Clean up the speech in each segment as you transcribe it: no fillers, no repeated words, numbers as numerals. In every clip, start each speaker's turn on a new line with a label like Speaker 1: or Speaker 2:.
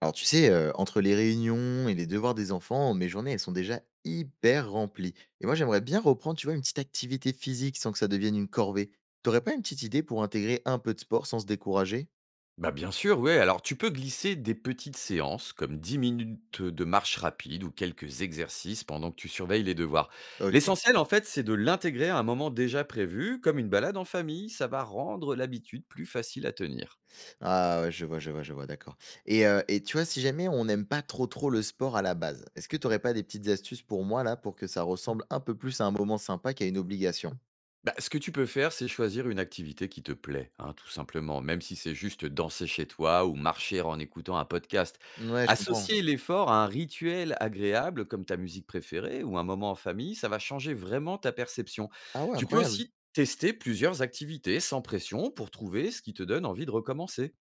Speaker 1: Alors tu sais, entre les réunions et les devoirs des enfants, mes journées, elles sont déjà hyper remplies et moi j'aimerais bien reprendre, tu vois, une petite activité physique sans que ça devienne une corvée. T'aurais pas une petite idée pour intégrer un peu de sport sans se décourager?
Speaker 2: Bah, bien sûr, ouais. Alors, tu peux glisser des petites séances, comme 10 minutes de marche rapide ou quelques exercices pendant que tu surveilles les devoirs.
Speaker 1: OK.
Speaker 2: L'essentiel, en fait, c'est de l'intégrer à un moment déjà prévu, comme une balade en famille. Ça va rendre l'habitude plus facile à tenir.
Speaker 1: Ah ouais, je vois, je vois, je vois, d'accord, et tu vois, si jamais on n'aime pas trop, trop le sport à la base, est-ce que t'aurais pas des petites astuces pour moi là, pour que ça ressemble un peu plus à un moment sympa qu'à une obligation?
Speaker 2: Bah, ce que tu peux faire, c'est choisir une activité qui te plaît, hein, tout simplement, même si c'est juste danser chez toi ou marcher en écoutant un podcast.
Speaker 1: Ouais, je comprends.
Speaker 2: Associer l'effort à un rituel agréable comme ta musique préférée ou un moment en famille, ça va changer vraiment ta perception.
Speaker 1: Ah ouais,
Speaker 2: Tu peux
Speaker 1: incroyable!
Speaker 2: aussi tester plusieurs activités sans pression pour trouver ce qui te donne envie de recommencer.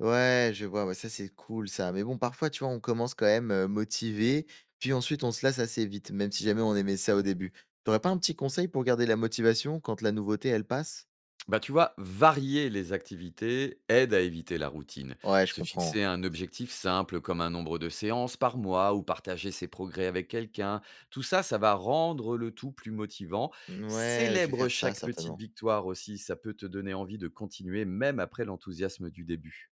Speaker 1: Ouais, je vois, ouais, ça c'est cool ça. Mais bon, parfois, tu vois, on commence quand même motivé, puis ensuite on se lasse assez vite, même si jamais on aimait ça au début. T'aurais pas un petit conseil pour garder la motivation quand la nouveauté, elle passe?
Speaker 2: Bah, tu vois, varier les activités aide à éviter la routine.
Speaker 1: Ouais, je
Speaker 2: Se
Speaker 1: comprends.
Speaker 2: fixer un objectif simple comme un nombre de séances par mois ou partager ses progrès avec quelqu'un, tout ça, ça va rendre le tout plus motivant.
Speaker 1: Ouais, je vais
Speaker 2: Célèbre
Speaker 1: faire ça
Speaker 2: chaque petite
Speaker 1: certainement.
Speaker 2: victoire aussi, ça peut te donner envie de continuer même après l'enthousiasme du début.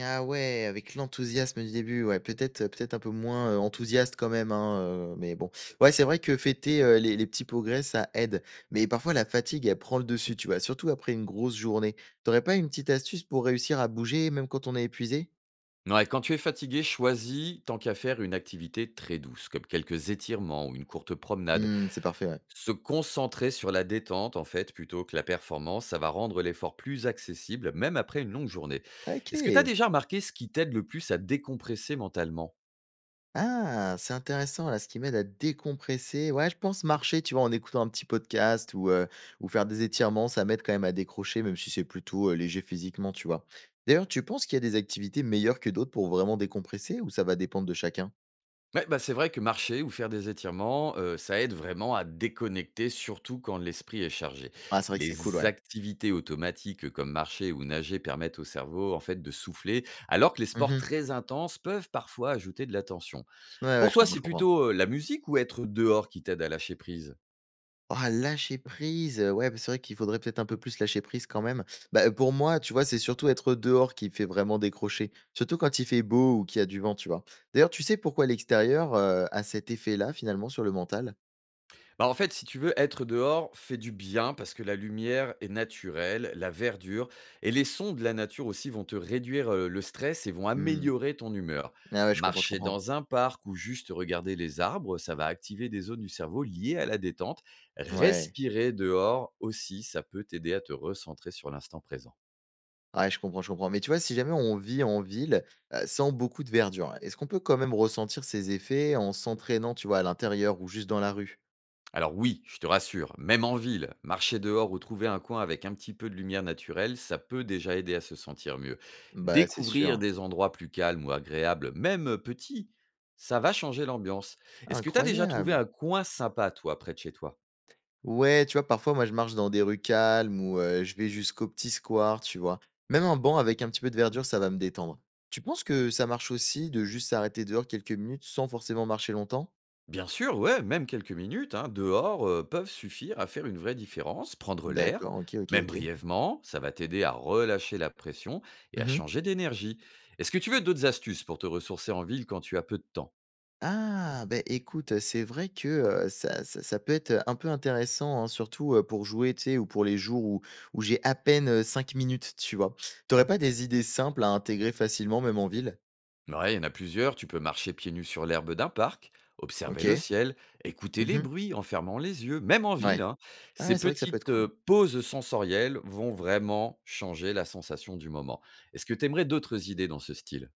Speaker 1: Ah ouais, avec l'enthousiasme du début, ouais, peut-être peut-être un peu moins enthousiaste quand même, hein, mais bon. Ouais, c'est vrai que fêter les petits progrès, ça aide. Mais parfois la fatigue, elle prend le dessus, tu vois, surtout après une grosse journée. T'aurais pas une petite astuce pour réussir à bouger, même quand on est épuisé?
Speaker 2: Ouais, quand tu es fatigué, choisis tant qu'à faire une activité très douce, comme quelques étirements ou une courte promenade.
Speaker 1: Mmh, c'est parfait, ouais.
Speaker 2: Se concentrer sur la détente, en fait, plutôt que la performance, ça va rendre l'effort plus accessible, même après une longue journée. Est-ce que tu as
Speaker 1: OK.
Speaker 2: déjà remarqué ce qui t'aide le plus à décompresser mentalement?
Speaker 1: Ah, c'est intéressant là, ce qui m'aide à décompresser. Ouais, je pense marcher, tu vois, en écoutant un petit podcast ou faire des étirements, ça m'aide quand même à décrocher, même si c'est plutôt léger physiquement, tu vois? D'ailleurs, tu penses qu'il y a des activités meilleures que d'autres pour vraiment décompresser ou ça va dépendre de chacun?
Speaker 2: Ouais, bah c'est vrai que marcher ou faire des étirements, ça aide vraiment à déconnecter, surtout quand l'esprit est chargé.
Speaker 1: Ah, c'est vrai que c'est cool,
Speaker 2: Les
Speaker 1: ouais.
Speaker 2: activités automatiques comme marcher ou nager permettent au cerveau en fait de souffler, alors que les sports
Speaker 1: Mmh.
Speaker 2: très intenses peuvent parfois ajouter de la tension.
Speaker 1: Ouais, ouais,
Speaker 2: Pour
Speaker 1: je
Speaker 2: toi,
Speaker 1: comprends,
Speaker 2: c'est
Speaker 1: je comprends.
Speaker 2: plutôt la musique ou être dehors qui t'aide à lâcher prise?
Speaker 1: Ah lâcher prise, ouais, bah, c'est vrai qu'il faudrait peut-être un peu plus lâcher prise quand même. Bah, pour moi, tu vois, c'est surtout être dehors qui fait vraiment décrocher, surtout quand il fait beau ou qu'il y a du vent, tu vois? D'ailleurs, tu sais pourquoi l'extérieur a cet effet-là finalement sur le mental?
Speaker 2: Bah, en fait, si tu veux être dehors, fait du bien parce que la lumière est naturelle, la verdure et les sons de la nature aussi vont te réduire le stress et vont
Speaker 1: Mmh.
Speaker 2: améliorer ton humeur.
Speaker 1: Ah ouais, je comprends, je
Speaker 2: Marcher
Speaker 1: comprends.
Speaker 2: dans un parc ou juste regarder les arbres, ça va activer des zones du cerveau liées à la détente.
Speaker 1: Ouais.
Speaker 2: Respirer dehors aussi, ça peut t'aider à te recentrer sur l'instant présent.
Speaker 1: Ouais, je comprends, je comprends. Mais tu vois, si jamais on vit en ville, sans beaucoup de verdure, est-ce qu'on peut quand même ressentir ces effets en s'entraînant, tu vois, à l'intérieur ou juste dans la rue?
Speaker 2: Alors oui, je te rassure, même en ville, marcher dehors ou trouver un coin avec un petit peu de lumière naturelle, ça peut déjà aider à se sentir mieux.
Speaker 1: Bah, c'est
Speaker 2: Découvrir
Speaker 1: sûr.
Speaker 2: des endroits plus calmes ou agréables, même petits, ça va changer l'ambiance. Est-ce que tu as déjà trouvé
Speaker 1: Incroyable!
Speaker 2: un coin sympa, toi, près de chez toi?
Speaker 1: Ouais, tu vois, parfois, moi, je marche dans des rues calmes ou je vais jusqu'au petit square, tu vois. Même un banc avec un petit peu de verdure, ça va me détendre. Tu penses que ça marche aussi de juste s'arrêter dehors quelques minutes sans forcément marcher longtemps?
Speaker 2: Bien sûr, ouais, même quelques minutes, hein, dehors, peuvent suffire à faire une vraie différence, prendre l'air,
Speaker 1: D'accord, ok, ok,
Speaker 2: même
Speaker 1: ok.
Speaker 2: brièvement, ça va t'aider à relâcher la pression et à
Speaker 1: Mhm.
Speaker 2: changer d'énergie. Est-ce que tu veux d'autres astuces pour te ressourcer en ville quand tu as peu de temps?
Speaker 1: Ah, ben écoute, c'est vrai que ça peut être un peu intéressant, hein, surtout pour jouer, tu sais, ou pour les jours où, où j'ai à peine 5 minutes, tu vois. T'aurais pas des idées simples à intégrer facilement, même en ville?
Speaker 2: Ouais, il y en a plusieurs. Tu peux marcher pieds nus sur l'herbe d'un parc, observer
Speaker 1: Ok.
Speaker 2: le ciel, écouter les
Speaker 1: Mhm.
Speaker 2: bruits en fermant les yeux, même en ville,
Speaker 1: Ouais.
Speaker 2: hein.
Speaker 1: Ah
Speaker 2: Ces
Speaker 1: ouais, c'est vrai que ça peut être
Speaker 2: petites
Speaker 1: cool.
Speaker 2: pauses sensorielles vont vraiment changer la sensation du moment. Est-ce que tu aimerais d'autres idées dans ce style?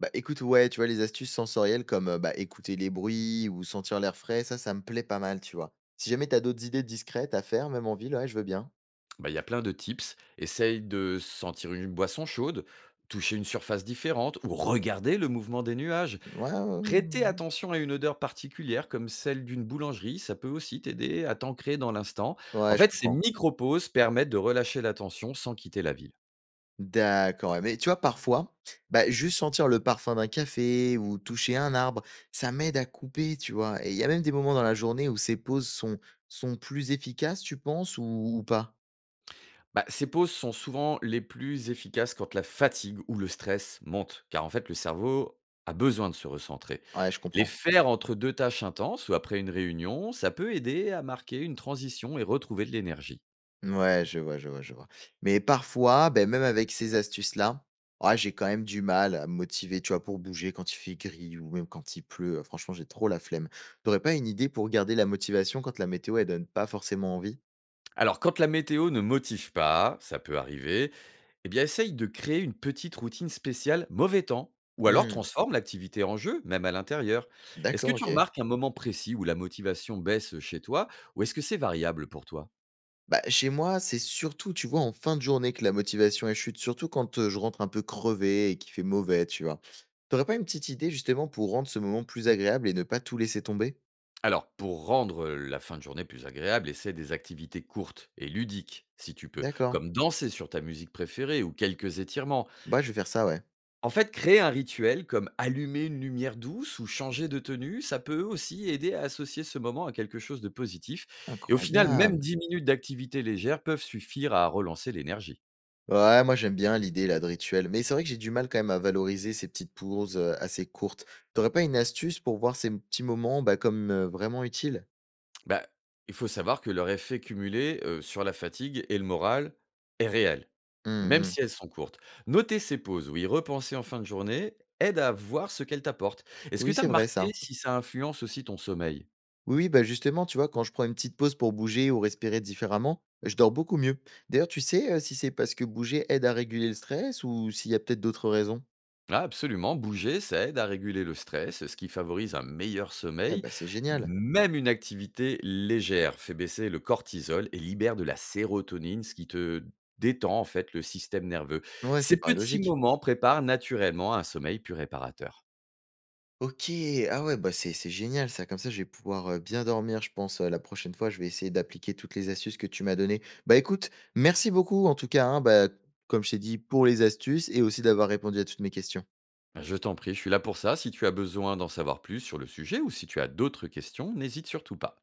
Speaker 1: Bah, écoute, ouais, tu vois, les astuces sensorielles comme, bah, écouter les bruits ou sentir l'air frais, ça me plaît pas mal, tu vois? Si jamais t'as d'autres idées discrètes à faire, même en ville, ouais, je veux bien.
Speaker 2: Bah, il y a plein de tips. Essaye de sentir une boisson chaude, toucher une surface différente ou regarder le mouvement des nuages.
Speaker 1: Ouais, ouais, ouais,
Speaker 2: Prêter
Speaker 1: mmh.
Speaker 2: attention à une odeur particulière comme celle d'une boulangerie, ça peut aussi t'aider à t'ancrer dans l'instant. En
Speaker 1: Ouais, je
Speaker 2: fait, ces
Speaker 1: comprends.
Speaker 2: micro-pauses permettent de relâcher la tension sans quitter la ville.
Speaker 1: D'accord, ouais, mais tu vois, parfois, bah, juste sentir le parfum d'un café ou toucher un arbre, ça m'aide à couper, tu vois? Et il y a même des moments dans la journée où ces pauses sont sont plus efficaces, tu penses ou pas?
Speaker 2: Bah, ces pauses sont souvent les plus efficaces quand la fatigue ou le stress monte, car en fait, le cerveau a besoin de se recentrer.
Speaker 1: Ouais, je
Speaker 2: Les
Speaker 1: comprends.
Speaker 2: faire entre deux tâches intenses ou après une réunion, ça peut aider à marquer une transition et retrouver de l'énergie.
Speaker 1: Ouais, je vois, je vois, je vois. Mais parfois, ben même avec ces astuces-là, ah, j'ai quand même du mal à me motiver, tu vois, pour bouger quand il fait gris ou même quand il pleut. Franchement, j'ai trop la flemme. T'aurais pas une idée pour garder la motivation quand la météo, elle donne pas forcément envie?
Speaker 2: Alors, quand la météo ne motive pas, ça peut arriver, eh bien, essaye de créer une petite routine spéciale mauvais temps, ou alors
Speaker 1: Mmh,
Speaker 2: transforme l'activité en jeu, même à l'intérieur. Est-ce que
Speaker 1: d'accord,
Speaker 2: tu
Speaker 1: OK.
Speaker 2: remarques un moment précis où la motivation baisse chez toi, ou est-ce que c'est variable pour toi?
Speaker 1: Bah, chez moi, c'est surtout, tu vois, en fin de journée que la motivation, elle chute, surtout quand je rentre un peu crevé et qu'il fait mauvais, tu vois? T'aurais pas une petite idée justement pour rendre ce moment plus agréable et ne pas tout laisser tomber?
Speaker 2: Alors, pour rendre la fin de journée plus agréable, essaie des activités courtes et ludiques, si tu peux,
Speaker 1: D'accord.
Speaker 2: comme danser sur ta musique préférée ou quelques étirements.
Speaker 1: Bah, je vais faire ça, ouais.
Speaker 2: En fait, créer un rituel comme allumer une lumière douce ou changer de tenue, ça peut aussi aider à associer ce moment à quelque chose de positif. Et au final, même
Speaker 1: Incroyable!
Speaker 2: 10 minutes d'activité légère peuvent suffire à relancer l'énergie.
Speaker 1: Ouais, moi j'aime bien l'idée là de rituel, mais c'est vrai que j'ai du mal quand même à valoriser ces petites pauses assez courtes. T'aurais pas une astuce pour voir ces petits moments bah, comme vraiment utiles?
Speaker 2: Bah, il faut savoir que leur effet cumulé sur la fatigue et le moral est réel,
Speaker 1: Hum,
Speaker 2: même
Speaker 1: hum.
Speaker 2: si elles sont courtes. Noter ces pauses ou y repenser en fin de journée aide à voir ce qu'elles t'apportent. Est-ce que
Speaker 1: Oui,
Speaker 2: tu as
Speaker 1: c'est vrai
Speaker 2: remarqué
Speaker 1: ça.
Speaker 2: si ça influence aussi ton sommeil?
Speaker 1: Oui, oui, bah justement, tu vois, quand je prends une petite pause pour bouger ou respirer différemment, je dors beaucoup mieux. D'ailleurs, tu sais si c'est parce que bouger aide à réguler le stress ou s'il y a peut-être d'autres raisons?
Speaker 2: Ah, absolument, bouger, ça aide à réguler le stress, ce qui favorise un meilleur
Speaker 1: Eh
Speaker 2: sommeil.
Speaker 1: bah c'est génial.
Speaker 2: Même une activité légère fait baisser le cortisol et libère de la sérotonine, ce qui te détend en fait le système nerveux.
Speaker 1: Ouais, c'est
Speaker 2: Ces
Speaker 1: pas
Speaker 2: petits
Speaker 1: logique.
Speaker 2: moments préparent naturellement à un sommeil plus réparateur.
Speaker 1: OK! Ah ouais, bah, c'est génial ça, comme ça je vais pouvoir, bien dormir je pense, la prochaine fois je vais essayer d'appliquer toutes les astuces que tu m'as données. Bah, écoute, merci beaucoup en tout cas, hein, bah, comme je t'ai dit pour les astuces et aussi d'avoir répondu à toutes mes questions.
Speaker 2: Je t'en prie, je suis là pour ça. Si tu as besoin d'en savoir plus sur le sujet ou si tu as d'autres questions, n'hésite surtout pas.